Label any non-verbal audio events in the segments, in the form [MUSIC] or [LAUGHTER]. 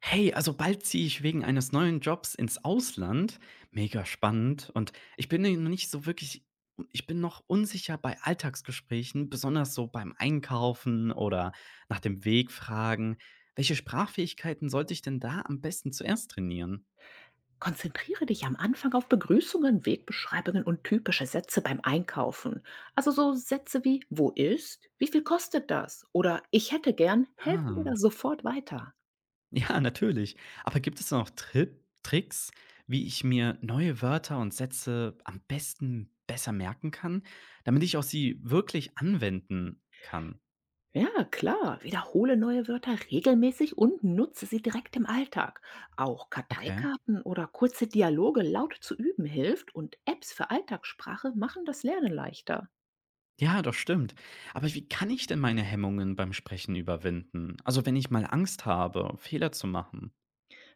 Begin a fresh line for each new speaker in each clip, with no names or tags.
Hey, also bald ziehe ich wegen eines neuen Jobs ins Ausland. Mega spannend. Und ich bin noch nicht so wirklich, ich bin noch unsicher bei Alltagsgesprächen, besonders so beim Einkaufen oder nach dem Weg fragen. Welche Sprachfähigkeiten sollte ich denn da am besten zuerst trainieren?
Konzentriere dich am Anfang auf Begrüßungen, Wegbeschreibungen und typische Sätze beim Einkaufen. Also so Sätze wie wo ist, wie viel kostet das oder ich hätte gern, helfen wir da
Ah,
sofort weiter.
[LAUGHS] ja, natürlich. Aber gibt es noch Tricks, wie ich mir neue Wörter und Sätze am besten besser merken kann, damit ich auch sie wirklich anwenden kann?
Ja, klar, wiederhole neue Wörter regelmäßig und nutze sie direkt im Alltag. Auch
Okay.
Karteikarten oder kurze Dialoge laut zu üben hilft und Apps für Alltagssprache machen das Lernen leichter.
Ja, das stimmt. Aber wie kann ich denn meine Hemmungen beim Sprechen überwinden? Also, wenn ich mal Angst habe, Fehler zu machen.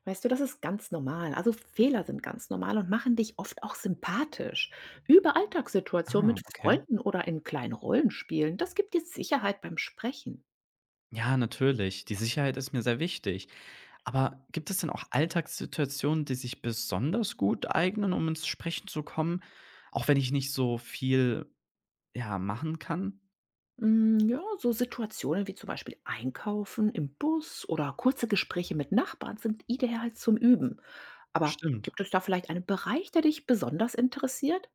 Weißt du, das ist ganz normal. Also Fehler sind ganz normal und machen dich oft auch sympathisch. Über Alltagssituationen
Ah,
mit
okay.
Freunden oder in kleinen Rollenspielen. Das gibt dir Sicherheit beim Sprechen.
Ja, natürlich. Die Sicherheit ist mir sehr wichtig. Aber gibt es denn auch Alltagssituationen, die sich besonders gut eignen, um ins Sprechen zu kommen, auch wenn ich nicht so viel, ja, machen kann?
Hm, ja, so Situationen wie zum Beispiel Einkaufen im Bus oder kurze Gespräche mit Nachbarn sind ideal zum Üben. Aber
Stimmt.
gibt es da vielleicht einen Bereich, der dich besonders interessiert?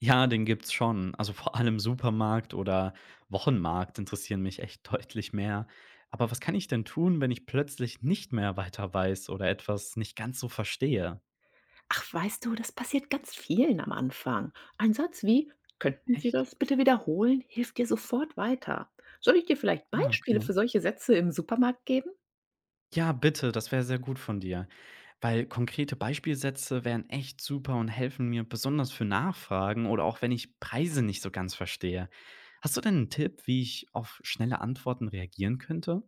Ja, den gibt's schon. Also vor allem Supermarkt oder Wochenmarkt interessieren mich echt [LAUGHS] deutlich mehr. Aber was kann ich denn tun, wenn ich plötzlich nicht mehr weiter weiß oder etwas nicht ganz so verstehe?
Ach, weißt du, das passiert ganz vielen am Anfang. Ein Satz wie „Könnten Sie
Echt?
das bitte wiederholen?“ hilft dir sofort weiter. Soll ich dir vielleicht
Ah, okay.
Beispiele für solche Sätze im Supermarkt geben?
Ja, bitte, das wäre sehr gut von dir. Weil konkrete Beispielsätze wären echt super und helfen mir besonders für Nachfragen oder auch wenn ich Preise nicht so ganz verstehe. Hast du denn einen Tipp, wie ich auf schnelle Antworten reagieren könnte?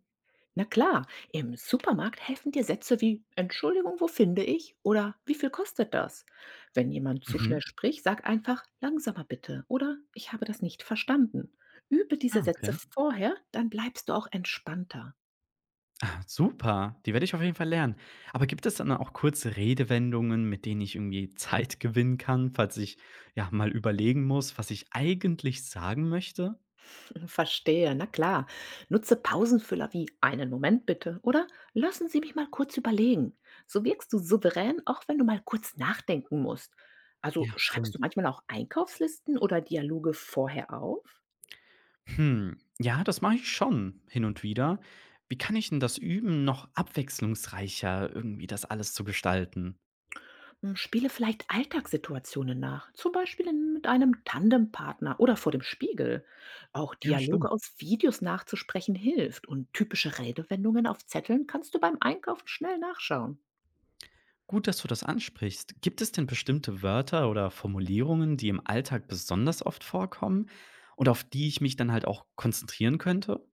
Na klar, im Supermarkt helfen dir Sätze wie „Entschuldigung, wo finde ich?“ oder „Wie viel kostet das?“ Wenn jemand zu schnell
Mhm.
spricht, sag einfach „Langsamer bitte“ oder „Ich habe das nicht verstanden.“ Übe diese
Ah,
Sätze
okay.
vorher, dann bleibst du auch entspannter.
Ah, super, die werde ich auf jeden Fall lernen. Aber gibt es dann auch kurze Redewendungen, mit denen ich irgendwie Zeit gewinnen kann, falls ich, ja, mal überlegen muss, was ich eigentlich sagen möchte?
Verstehe, na klar. Nutze Pausenfüller wie einen Moment bitte oder lassen Sie mich mal kurz überlegen. So wirkst du souverän, auch wenn du mal kurz nachdenken musst. Also
Ja,
schreibst du
stimmt.
manchmal auch Einkaufslisten oder Dialoge vorher auf?
Hm, ja, das mache ich schon hin und wieder. Wie kann ich denn das üben, noch abwechslungsreicher irgendwie das alles zu gestalten?
Hm, Spiele vielleicht Alltagssituationen nach, zum Beispiel mit einem Tandempartner oder vor dem Spiegel. Auch
Ja,
Dialoge
stimmt.
aus Videos nachzusprechen hilft und typische Redewendungen auf Zetteln kannst du beim Einkaufen schnell nachschauen.
Gut, dass du das ansprichst. Gibt es denn bestimmte Wörter oder Formulierungen, die im Alltag besonders oft vorkommen und auf die ich mich dann halt auch konzentrieren könnte?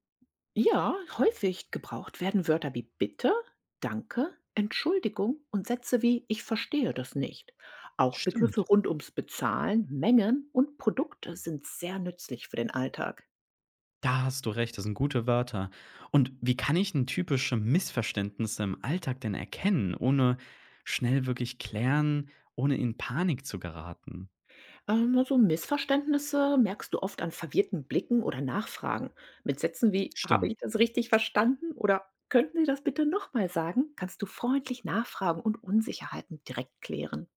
Ja, häufig gebraucht werden Wörter wie bitte, danke, Entschuldigung und Sätze wie ich verstehe das nicht. Auch Begriffe
Stimmt.
rund ums Bezahlen, Mengen und Produkte sind sehr nützlich für den Alltag.
Da hast du recht, das sind gute Wörter. Und wie kann ich 'n typische Missverständnisse im Alltag denn erkennen, ohne schnell wirklich klären, ohne in Panik zu geraten?
Also Missverständnisse merkst du oft an verwirrten Blicken oder Nachfragen. Mit Sätzen wie habe
Stimmt.
ich das richtig verstanden oder könnten Sie das bitte nochmal sagen, kannst du freundlich nachfragen und Unsicherheiten direkt klären.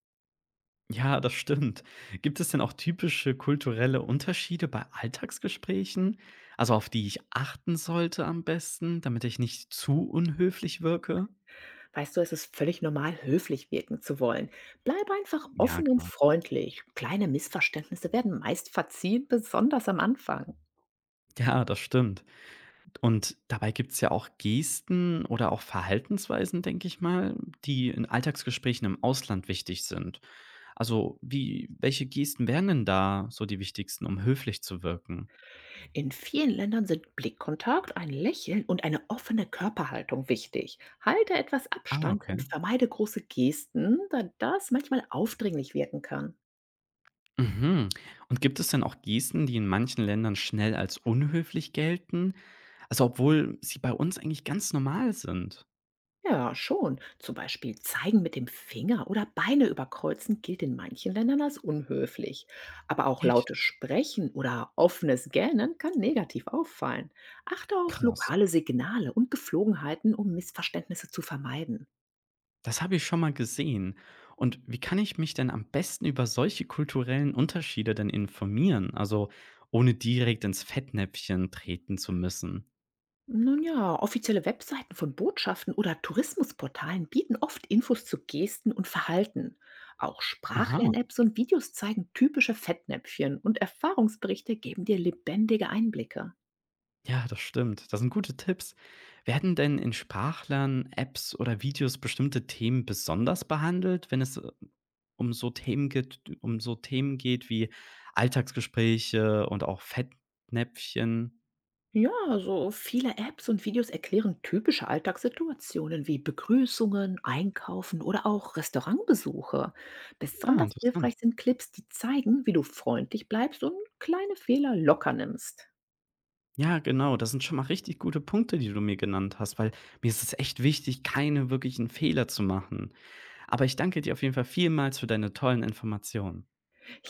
Ja, das stimmt. Gibt es denn auch typische kulturelle Unterschiede bei Alltagsgesprächen, also auf die ich achten sollte am besten, damit ich nicht zu unhöflich wirke?
Weißt du, es ist völlig normal, höflich wirken zu wollen. Bleib einfach
Ja,
offen und
genau.
freundlich. Kleine Missverständnisse werden meist verziehen, besonders am Anfang.
Ja, das stimmt. Und dabei gibt's ja auch Gesten oder auch Verhaltensweisen, denke ich mal, die in Alltagsgesprächen im Ausland wichtig sind. Also, wie welche Gesten wären denn da so die wichtigsten, um höflich zu wirken?
In vielen Ländern sind Blickkontakt, ein Lächeln und eine offene Körperhaltung wichtig. Halte etwas
Ah,
Abstand
okay.
und vermeide große Gesten, da das manchmal aufdringlich wirken kann.
Mhm. Und gibt es denn auch Gesten, die in manchen Ländern schnell als unhöflich gelten? Also, obwohl sie bei uns eigentlich ganz normal sind?
Ja, schon. Zum Beispiel zeigen mit dem Finger oder Beine überkreuzen gilt in manchen Ländern als unhöflich. Aber auch
Echt?
lautes Sprechen oder offenes Gähnen kann negativ auffallen. Achte auf
Krass.
lokale Signale und Geflogenheiten, um Missverständnisse zu vermeiden.
Das habe ich schon mal gesehen. Und wie kann ich mich denn am besten über solche kulturellen Unterschiede denn informieren? Also ohne direkt ins Fettnäpfchen treten zu müssen.
Nun ja, offizielle Webseiten von Botschaften oder Tourismusportalen bieten oft Infos zu Gesten und Verhalten. Auch
Aha,
Sprachlern-Apps und Videos zeigen typische Fettnäpfchen und Erfahrungsberichte geben dir lebendige Einblicke.
ja, das stimmt. Das sind gute Tipps. Werden denn in Sprachlern, Apps oder Videos bestimmte Themen besonders behandelt, wenn es um so Themen geht, wie Alltagsgespräche und auch Fettnäpfchen?
Ja, so viele Apps und Videos erklären typische Alltagssituationen wie Begrüßungen, Einkaufen oder auch Restaurantbesuche.
Ah,
Besonders
interessant.
hilfreich sind Clips, die zeigen, wie du freundlich bleibst und kleine Fehler locker nimmst.
Ja, genau, das sind schon mal richtig gute Punkte, die du mir genannt hast, weil mir ist es echt wichtig, keine wirklichen Fehler zu machen. Aber ich danke dir auf jeden Fall vielmals für deine tollen Informationen.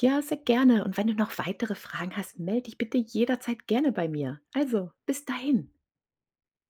Ja, sehr gerne. Und wenn du noch weitere Fragen hast, melde dich bitte jederzeit gerne bei mir. Also, bis dahin.